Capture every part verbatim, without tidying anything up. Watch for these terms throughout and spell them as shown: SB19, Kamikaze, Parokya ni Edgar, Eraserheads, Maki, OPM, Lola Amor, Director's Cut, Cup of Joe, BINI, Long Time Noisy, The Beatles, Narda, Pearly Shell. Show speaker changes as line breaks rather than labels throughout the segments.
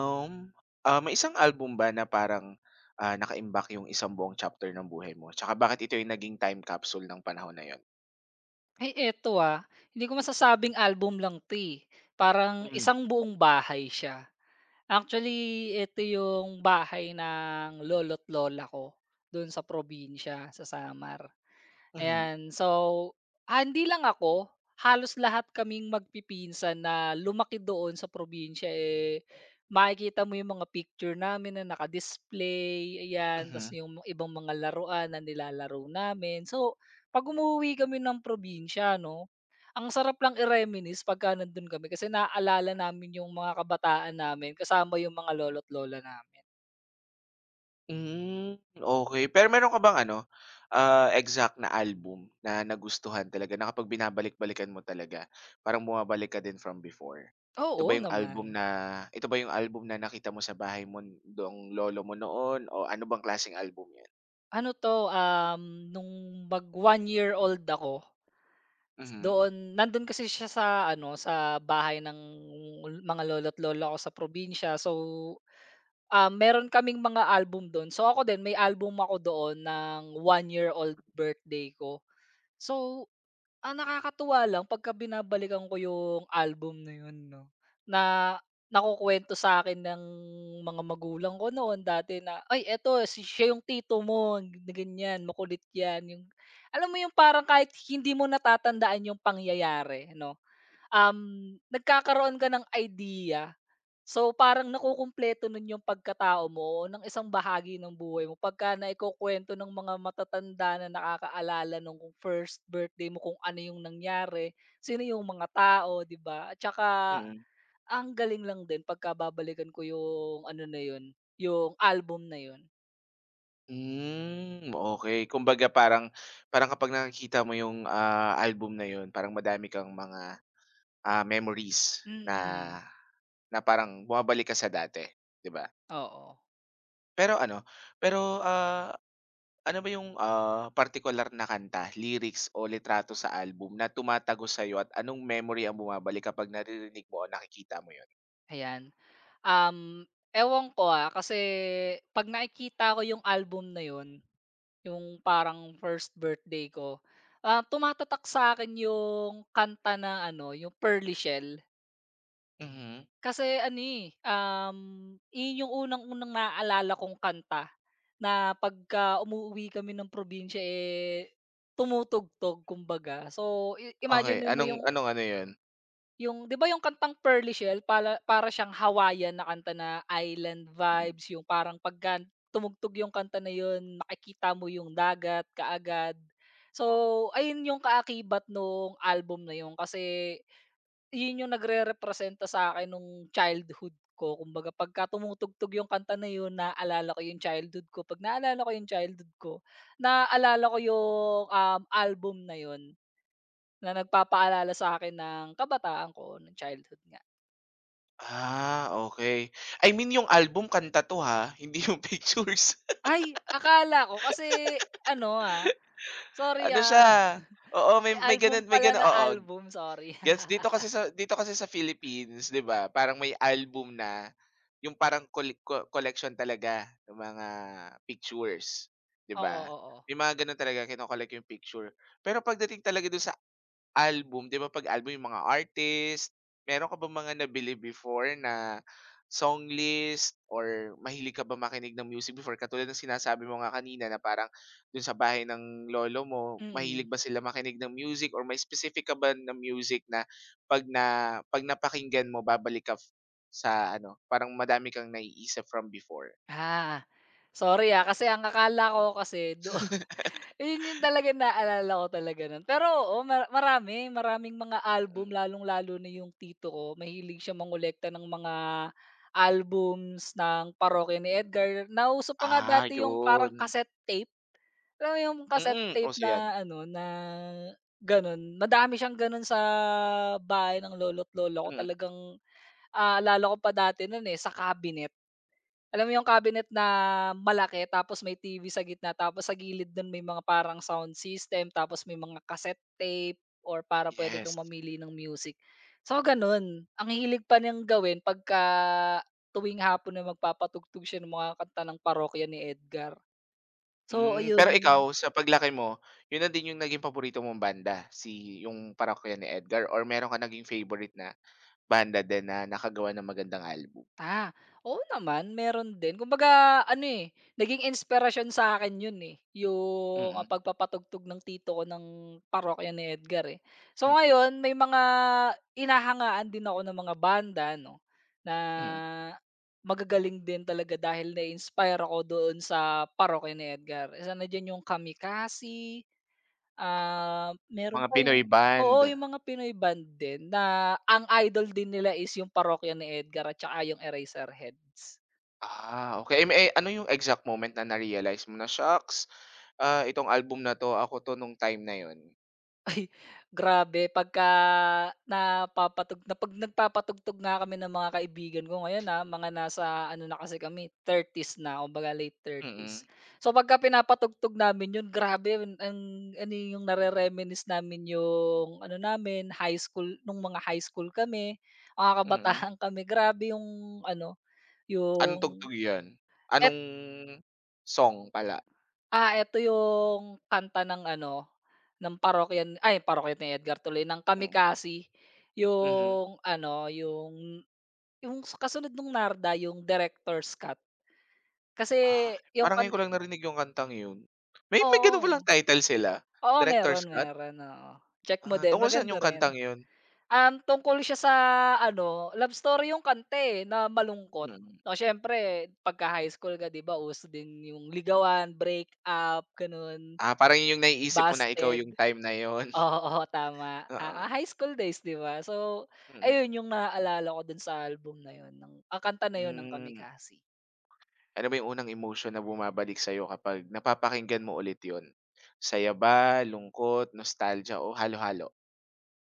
Um, ah, may isang album ba na parang, ah, nakaimbak yung isang buong chapter ng buhay mo? Tsaka bakit ito yung naging time capsule ng panahon na yun?
Ay eto, ah, hindi ko masasabing album lang 'to, eh, parang
Mm.
isang buong bahay siya. Actually, eto yung bahay ng lolo't lola ko, do'n sa probinsya, sa Samar.
Mhm,
Ayan. So, ah, hindi lang ako, halos lahat kaming magpipinsan na lumaki doon sa probinsya, eh, makikita mo yung mga picture namin na naka-display, ayan, tas
mhm.
yung mga- ibang mga laruan na nilalaro namin. So, pag umuwi kami ng probinsya, no, ang sarap lang i-reminisce pagka nandun kami kasi naaalala namin yung mga kabataan namin kasama yung mga lolo't lola namin.
Hmm, okey. Pero meron ka bang ano, ah, exact na album na nagustuhan talaga na kapag binabalik-balikan mo talaga parang bumabalik ka din from before? Ito
Oo
ba yung
naman.
album na ito ba yung album na nakita mo sa bahay mo nung lolo mo noon o ano bang klaseng album yun?
Ano to, um, nung mag one year old ako,
Mhm,
doon nandun kasi siya sa ano, sa bahay ng mga lolo't lola ko sa probinsya. So, ah, meron kaming mga album dun. So, ako din may album ako doon ng one year old birthday ko. So ang nakakatuwa lang pagka binabalikan ko yung album na yun 'no, na nakukwento sa akin ng mga magulang ko noon dati na, "Ay eto si siya yung tito mo na ganyan, makulit 'yan." Yung alam mo yung parang kahit hindi mo natatandaan yung pangyayari 'no, um, nagkakaroon ka ng idea. So, parang nakukumpleto nun yung pagkatao mo ng isang bahagi ng buhay mo pagka naikukuwento ng mga matatanda na nakakaalala nung kung first birthday mo kung ano yung nangyari, sino yung mga tao, 'di ba? At saka
mm.
ang galing lang din pagka babalikan ko yung ano na yun, yung album na yun.
Hmm, okey. Kumbaga parang parang kapag nakikita mo yung, ah, album na yun parang madami kang mga, ah, memories na
Mm,
na parang bumabalik ka sa dati, 'di ba?
oo,
Pero ano, pero, ah, ano ba yung, ah, partikular na kanta, lyrics o litrato sa album na tumatago sa'yo at anong memory ang bumabalik kapag naririnig mo o nakikita mo yun?
ayan. Um, Ewan ko, ah, kasi 'pag nakikita ko yung album na yun yung parang first birthday ko, ah, tumatatak sa akin yung kanta na ano, yung Pearly Shell.
Mhm,
Kasi ano, eh, um, iyon yung unang-unang naaalala kong kanta na pagka umuwi kami ng probinsya, eh, tumutugtog kumbaga. So, i
okey.
imaginin mo
Anong
yung
anong ano yun?
yung 'di ba yung kantang Pearly Shell pala para siyang Hawaiian na kanta na island
Mm.
vibes, yung parang pagka tumugtog yung kanta na yun makikita mo yung dagat kaagad. So, ayun yung kaakibat nung album na yun kasi yun yung nagre-representa sa akin nung childhood ko. Kumbaga pagka tumutugtog yung kanta na yun naalala ko yung childhood ko, 'pag naalala ko yung childhood ko, naalala ko yung, um, album na yun. Na nagpapaalala sa akin ng kabataan ko, ng childhood nga.
Ah, okay, I mean yung album kanta 'to ha, hindi yung pictures.
Ay, akala ko kasi ano, ah, sorry,
Ano
ah,
siya oo, may
ay
may
album
gano'n may
pala
gano'n
na
oo.
album, sorry.
Gets dito kasi sa dito kasi sa Philippines 'di ba, parang may album na, yung parang cole co collection talaga ng mga pictures, 'di
Oo,
ba?
oo. Oo.
May mga gano'n talaga kino-collect yung picture. Pero pagdating talaga dun sa album 'di ba 'pag album yung mga artist, meron ka ba mga nabili before na song list or mahilig ka ba makinig ng music before? Katulad ng sinasabi mo nga kanina na parang dun sa bahay ng lolo mo, mahilig
Mm.
ba sila makinig ng music or may specific ka ba na music na 'pag na 'pag napakinggan mo babalik ka f- sa ano, parang madami kang naiisip from before?
Ah, sorry, ah, kasi ang akala ko kasi do. Yun yung talagang naalala ko talaga nun. Pero oo, ma marami, maraming mga album
Mm.
lalong-lalo na yung tito ko mahilig siya mangolekta ng mga albums ng parokya ni Edgar. Nauso pa nga
Ah,
dati yung parang
yun.
cassette tape. Alam mo yung cassette
Mm,
tape
uso yan.
na ano, na gano'n, madami siyang gano'n sa bahay ng lolo't lolo ko
Mm,
talagang, ah, naalala ko pa dati no'n, eh, sa cabinet. Alam mo yung cabinet na malaki tapos may T V sa gitna tapos sa gilid no'n may mga parang sound system tapos may mga cassette tape or para pwede kang
yes.
mamili ng music. So gano'n, ang hilig pa niyang gawin pagka tuwing hapon na magpapatugtog siya ng mga kanta ng parokya ni Edgar. So
Hmm,
ayun
pero
yung
ikaw sa paglaki mo, yun na din yung naging paborito mong banda, si yung Parokya ni Edgar or meron ka naging favorite na banda din na nakagawa ng magandang album?
ah, oo naman meron din. Kumbaga ano, eh, naging inspirasyon sa akin yun, eh, yung, ah,
Mm,
pagpapatugtog ng tito ko ng parokya ni Edgar, eh. So
m
ngayon may mga hinahangaan din ako ng mga banda 'no, na
mm.
magagaling din talaga dahil na-inspire ako doon sa parokya ni Edgar. Isa na diyan yung Kamikasi. Ah, meron
Mga
pa yung,
Pinoy
oo,
band.
yung mga Pinoy band din na ang idol din nila is yung Parokya ni Edgar at saka yung Eraserheads.
Ah, okay. Eh, may eh, ano yung exact moment na na-realize mo na, shucks, ah, itong album na 'to ako 'to nung time na yun.
Ay, grabe pagka napapatug na 'pag nagpapatugtog nga kami ng mga kaibigan ko ngayon, na mga nasa ano na kasi kami thirties na kumbaga late thirties s.
Mm,
So, pagka pinapatugtog namin 'yun grabe ang ang- ano yung nare-reminisce namin yung ano namin high school nung mga high school kami, mga
mm.
kabataan kami. Grabe yung ano,
Anong
yung
tugtog yun?
eh
Anong song pala?
ah, eto yung kanta ng ano, ng parokya n ay parokya ni Edgar tuloy, ng
Mm,
Kamikasi.
mhm.
Yung ano, yung yung sa kasunod nung Narda yung Director's Cut. Kasi
Ah,
yung
parang ngayon
kan
ko lang narinig yung kantang yun. May may ganun palang
oo,
title sila.
oo
Director's
meron,
Cut?
meron, oo. Check mo
Ah,
din,
tungkol saan
maganda
yung
rin.
kantang yun?
Um, tungkol siya sa ano, love story yung kanta, eh, na malungkot.
Mm.
O siyempre pagka-high school ka 'di ba uso din yung ligawan, break up, gano'n,
Ah, parang yun yung naiisip mo na ikaw
busted.
yung time na yun?
Oo, tama. Ah,
Oo,
ah, high school days, 'di ba? So,
mm-mm, mm.
ayun yung naaalala ko dun sa album na yun ng ang kanta na yun ng
Hmm.
Kamikaze.
Ano ba yung unang emotion na bumabalik sa'yo kapag napapakinggan mo ulit yon? Saya ba, lungkot, nostalgia o halo-halo?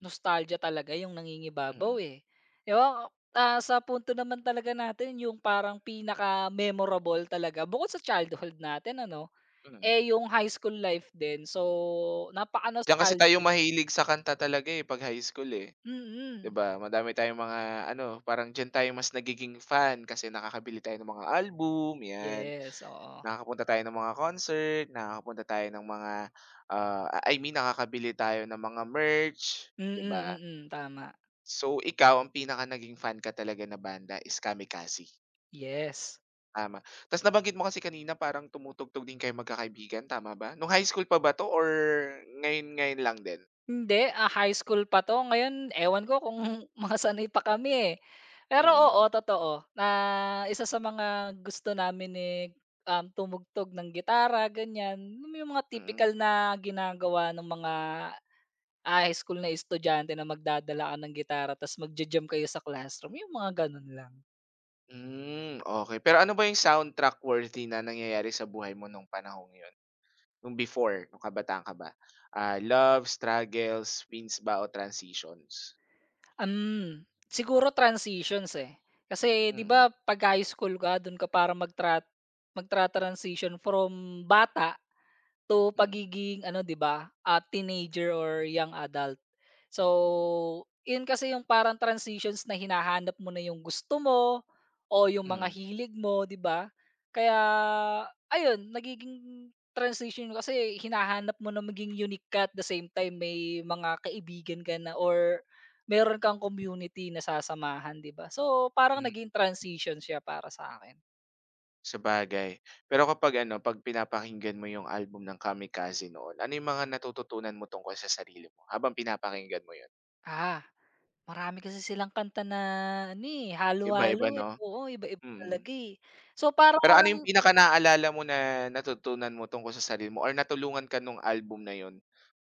Nostalgia talaga yung nangingibabaw,
Mm,
eh. 'Di ba, ah, sa punto naman talaga natin yung parang pinaka-memorable talaga bukod sa childhood natin ano,
mm.
eh, yung high school life din. So,
Diyan kasi tayo
napaka-nostalgic.
mahilig sa kanta talaga, eh, 'pag high school, eh, 'di
Mm.
ba? Madami tayong mga ano, parang diyan tayo mas nagiging fan kasi nakakabili tayo ng mga album, 'yan.
Yes, oo.
Nakakapunta tayo ng mga concert, nakakapunta tayo ng mga, ah, I mean nakakabili tayo ng mga merch, 'di ba?
Mm, mm. Tama.
So, ikaw ang pinaka naging fan ka talaga na banda is Kamikaze?
Yes.
Tama. Tapos nabanggit mo kasi kanina parang tumutugtog din kayong magkakaibigan, tama ba? Nung high school pa ba 'to or ngayon-ngayon lang din?
Hindi, ah, high school pa 'to. Ngayon ewan ko kung mga sanay pa kami, eh. Pero
Mm,
oo, totoo na isa sa mga gusto namin, ni um, tumugtog ng gitara ganyan, alam yung mga
mm.
tipikal na ginagawa ng mga, ah, high school na estudyante na magdadala ka ng gitara ta's magja-jam kayo sa classroom, yung mga gano'n lang.
Hmm, okey. Pero ano ba yung soundtrack worthy na nangyayari sa buhay mo nung panahong yun? Nung before, nung kabataan ka ba? Ah, love, struggles, wins ba o transitions?
um Siguro transitions, eh. Kasi 'di
Mm,
ba 'pag high school ka do'n ka parang magtra magtra-transition from bata to
hmm,
pagiging ano 'di ba, ah, teenager or young adult. So, yun kasi yung parang transitions na hinahanap mo na yung gusto mo o yung mga
hmm,
hilig mo 'di ba? Kaya ayun, nagiging transition yun kasi hinahanap mo na maging unique ka at the same time may mga kaibigan ka na or meron kang community na sasamahan 'di ba? So, parang
hmm,
naging transition siya para sa akin.
sabagay. Pero kapag ano, 'pag pinapakinggan mo yung album ng Kamikaze noon, ano yung mga natututunan mo tungkol sa sarili mo habang pinapakinggan mo yun?
Ah. Marami kasi silang kanta na ano, eh, halo-halo,
Iba-iba
eh,
'no?
oo, iba-iba
Mm.
talaga, eh. So
Pero ano yung
parang
pinaka-naalala mo na natutunan mo tungkol sa sarili mo or natulungan ka nung album na yun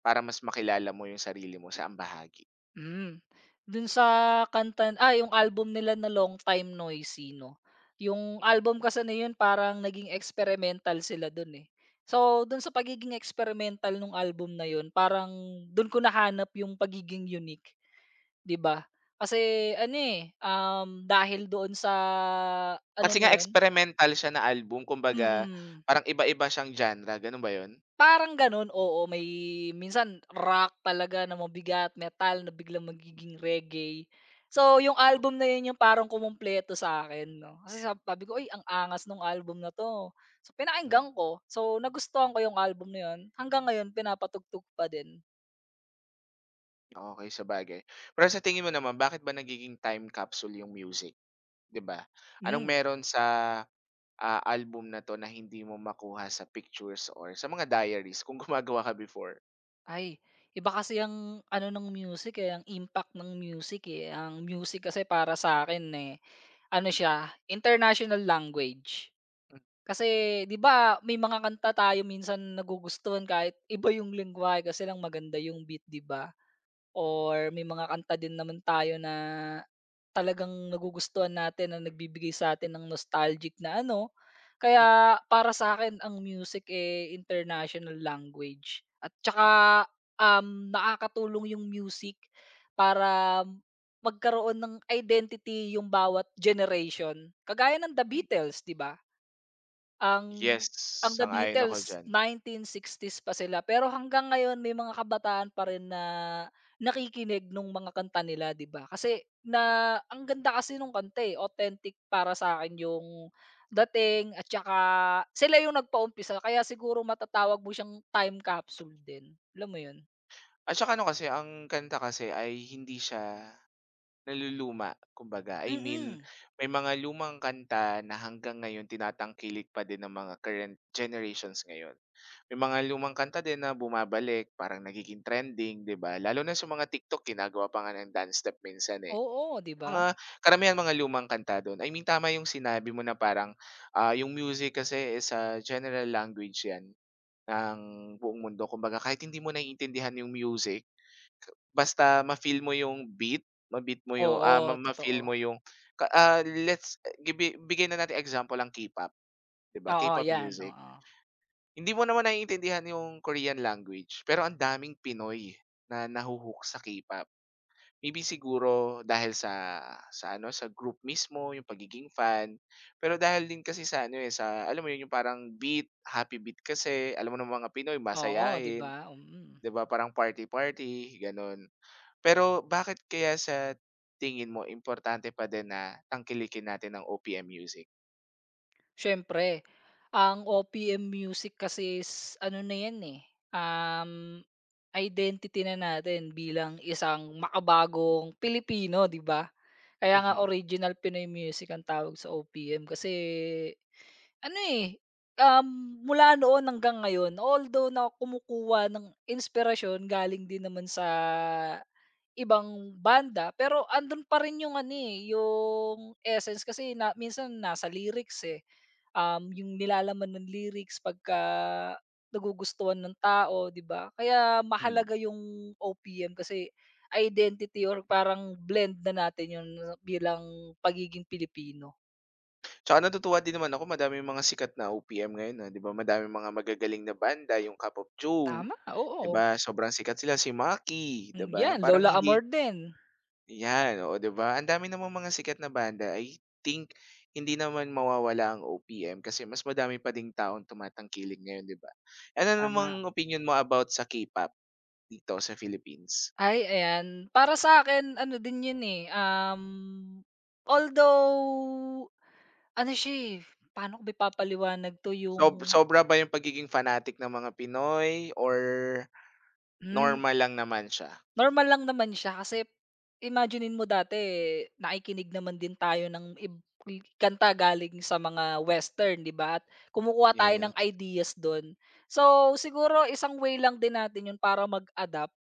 para mas makilala mo yung sarili mo? Saang bahagi?
hmm, dun sa kanta ah, yung album nila na Long Time Noisy 'no, yung album kasi na yun parang naging experimental sila dun, eh. So dun sa pagiging experimental nung album na yun parang dun ko nahanap yung pagiging unique, 'di ba? Kasi ano, eh, um, dahil doon sa ano
Kasi
na
nga
yun
experimental siya na album, kumbaga
mm.
parang iba-iba siyang genre, ganun ba yun?
Parang gano'n, oo. May minsan rock talaga na mabigat, metal na biglang magiging reggae. So, yung album na 'yun yung parang kumumpleto sa akin 'no, kasi sab sabi ko, "Uy, ang angas nung album na 'to." So,
Hmm,
pinakinggan ko. So, nagustuhan ko yung album na 'yun. Hanggang ngayon pinapatugtog pa din.
okey, sabagay. Pero sa tingin mo naman bakit ba nagiging time capsule yung music, 'di ba? Anong
Hmm.
meron sa, ah, album na 'to na hindi mo makuha sa pictures or sa mga diaries kung gumagawa ka before?
Ay, iba kasi ang ano ng music, eh, ang impact ng music, eh. Ang music kasi para sa akin eh, ano siya, international language. Kasi 'di ba may mga kanta tayo minsan nagugustuhan kahit iba yung lengguwahe kasi lang maganda yung beat 'di ba? Or may mga kanta din naman tayo na talagang nagugustuhan natin na nagbibigay sa'tin ng nostalgic na ano. Kaya para sa akin ang music, eh, international language at tsaka, um, nakakatulong yung music para magkaroon ng identity yung bawat generation. Kagaya ng The
Mm.
Beatles 'di ba? Ang
Yes,
ang The
sang-ayon ako
Beatles
diyan.
nineteen sixties pa sila, pero hanggang ngayon may mga kabataan pa rin na nakikinig nung mga kanta nila, 'di ba? Kasi na ang ganda kasi nung kanta, eh, authentic para sa akin yung dating at saka sila yung nagpaumpisa kaya siguro matatawag mo siyang time capsule din, alam mo yun?
At saka ano kasi, ang kanta kasi ay hindi siya naluluma kumbaga. I mean,
Mm.
may mga lumang kanta na hanggang ngayon tinatangkilik pa din ng mga current generations ngayon. May mga lumang kanta din na bumabalik, parang nagiging trending, 'di ba? Lalo na sa mga TikTok, ginagawa pa nga ng dance step minsan, eh.
Oo, 'di ba?
Mga karamihan mga lumang kanta dun. I mean, tama yung sinabi mo na parang, ah, yung music kasi is a general language yan. Ng buong mundo kumbaga kahit hindi mo naiintindihan yung music, basta ma-feel mo yung beat, ma-beat mo yung, ah, ma
Oo, totoo.
ma-feel mo yung ka ah, let's gibi bigyan na natin example ang K-pop, 'di ba,
Oo,
K-pop
yan,
music.
oo.
Hindi mo naman naiintindihan yung Korean language, pero ang daming Pinoy na nahu sa K-pop. Maybe siguro dahil sa sa ano, sa group mismo, yung pagiging fan. Pero dahil din kasi sa ano, eh, sa alam mo yun, yung parang beat, happy beat kasi, alam mo namang mga Pinoy
Oo, 'di
masayahin.
ba? Mm.
'Di ba parang party-party, gano'n. Pero bakit kaya sa tingin mo importante pa din na tangkilikin natin ang o p m music?
Siyempre, ang O P M music kasi is ano na 'yan, eh, um, identity na natin bilang isang makabagong Pilipino, 'di ba? Kaya nga
Mhm,
original Pinoy music ang tawag sa O P M kasi ano, eh, um, mula noon hanggang ngayon although na kumukuha ng inspirasyon galing din naman sa ibang banda, pero andun pa rin yung ano, eh, yung essence kasi na minsan nasa lyrics, eh um, yung nilalaman ng lyrics pagka nagugustuhan ng tao, 'di ba? Kaya
hmm.
mahalaga yung O P M kasi identity or parang blend na natin yun bilang pagiging Pilipino.
Tsaka natutuwa din naman ako madami mga sikat na o p m ngayon, ah, 'di ba madami mga magagaling na banda, yung Cup of Joe,
Tama,
'di
oo.
ba sobrang sikat sila, si Maki, 'di
Hmm,
ba
'yan
parang
Lola Amor
hindi.
din.
Yan, oo, 'di ba? Ang dami namang mga sikat na banda. I think hindi naman mawawala ang o p m kasi mas madami pa ding taong tumatangkilik ngayon, 'di ba? Ano namang
Tama.
opinyon mo about sa K-pop dito sa Philippines?
Ay, ayan. Para sa akin ano din yun, eh, um, although ano siya, eh, paano ko ba ipapaliwanag 'to yung
Sob sobra ba yung pagiging fanatic ng mga Pinoy or
hmm.
normal lang naman siya?
Normal lang naman siya kasi imaginein mo dati nakikinig naman din tayo ng ib kanta galing sa mga western, 'di ba, at kumukuha tayo ng
Yes.
ideas do'n. So, siguro isang way lang din natin 'yun para mag-adapt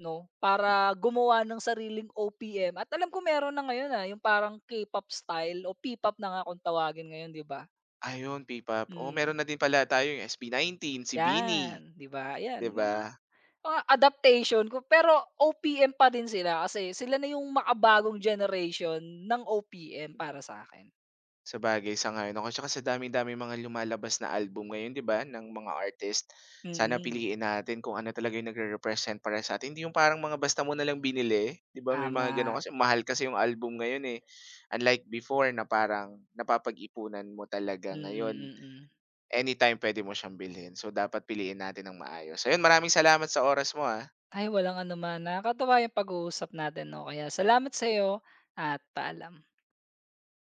'no, para gumawa ng sariling O P M at alam ko meron na ngayon, ah, yung parang K-pop style o P-pop na nga kung tawagin ngayon, 'di ba?
Ayun, P-pop. Oo,
Hmm,
meron na din pala tayong es b nineteen, si BINI,
'yan, 'di ba? 'Yan
'di ba?
mga Mga adaptation ko pero O P M pa din sila kasi sila na yung makabagong generation ng O P M para sa'kin.
Sabagay, sang-ayon ako. Tsaka sa daming-daming mga lumalabas na album ngayon, 'di ba, ng mga artist. Sana
Mm,
piliin natin kung ano talaga yung nagre-represent para sa'tin, hindi yung parang mga basta mo na lang binili, 'di ba, may mga gano'n.
tama.
Kasi mahal kasi yung album ngayon, eh. Unlike before na parang napapag-ipunan mo talaga.
Mm,
Ngayon,
mm.
anytime puwede mo siyang bilhin. So, dapat piliin natin ng maayos. Ayun, maraming salamat sa oras mo, ah.
Ay walang anuman, nakakatuwa yung pag-uusap natin 'no, kaya salamat sa'yo at paalam.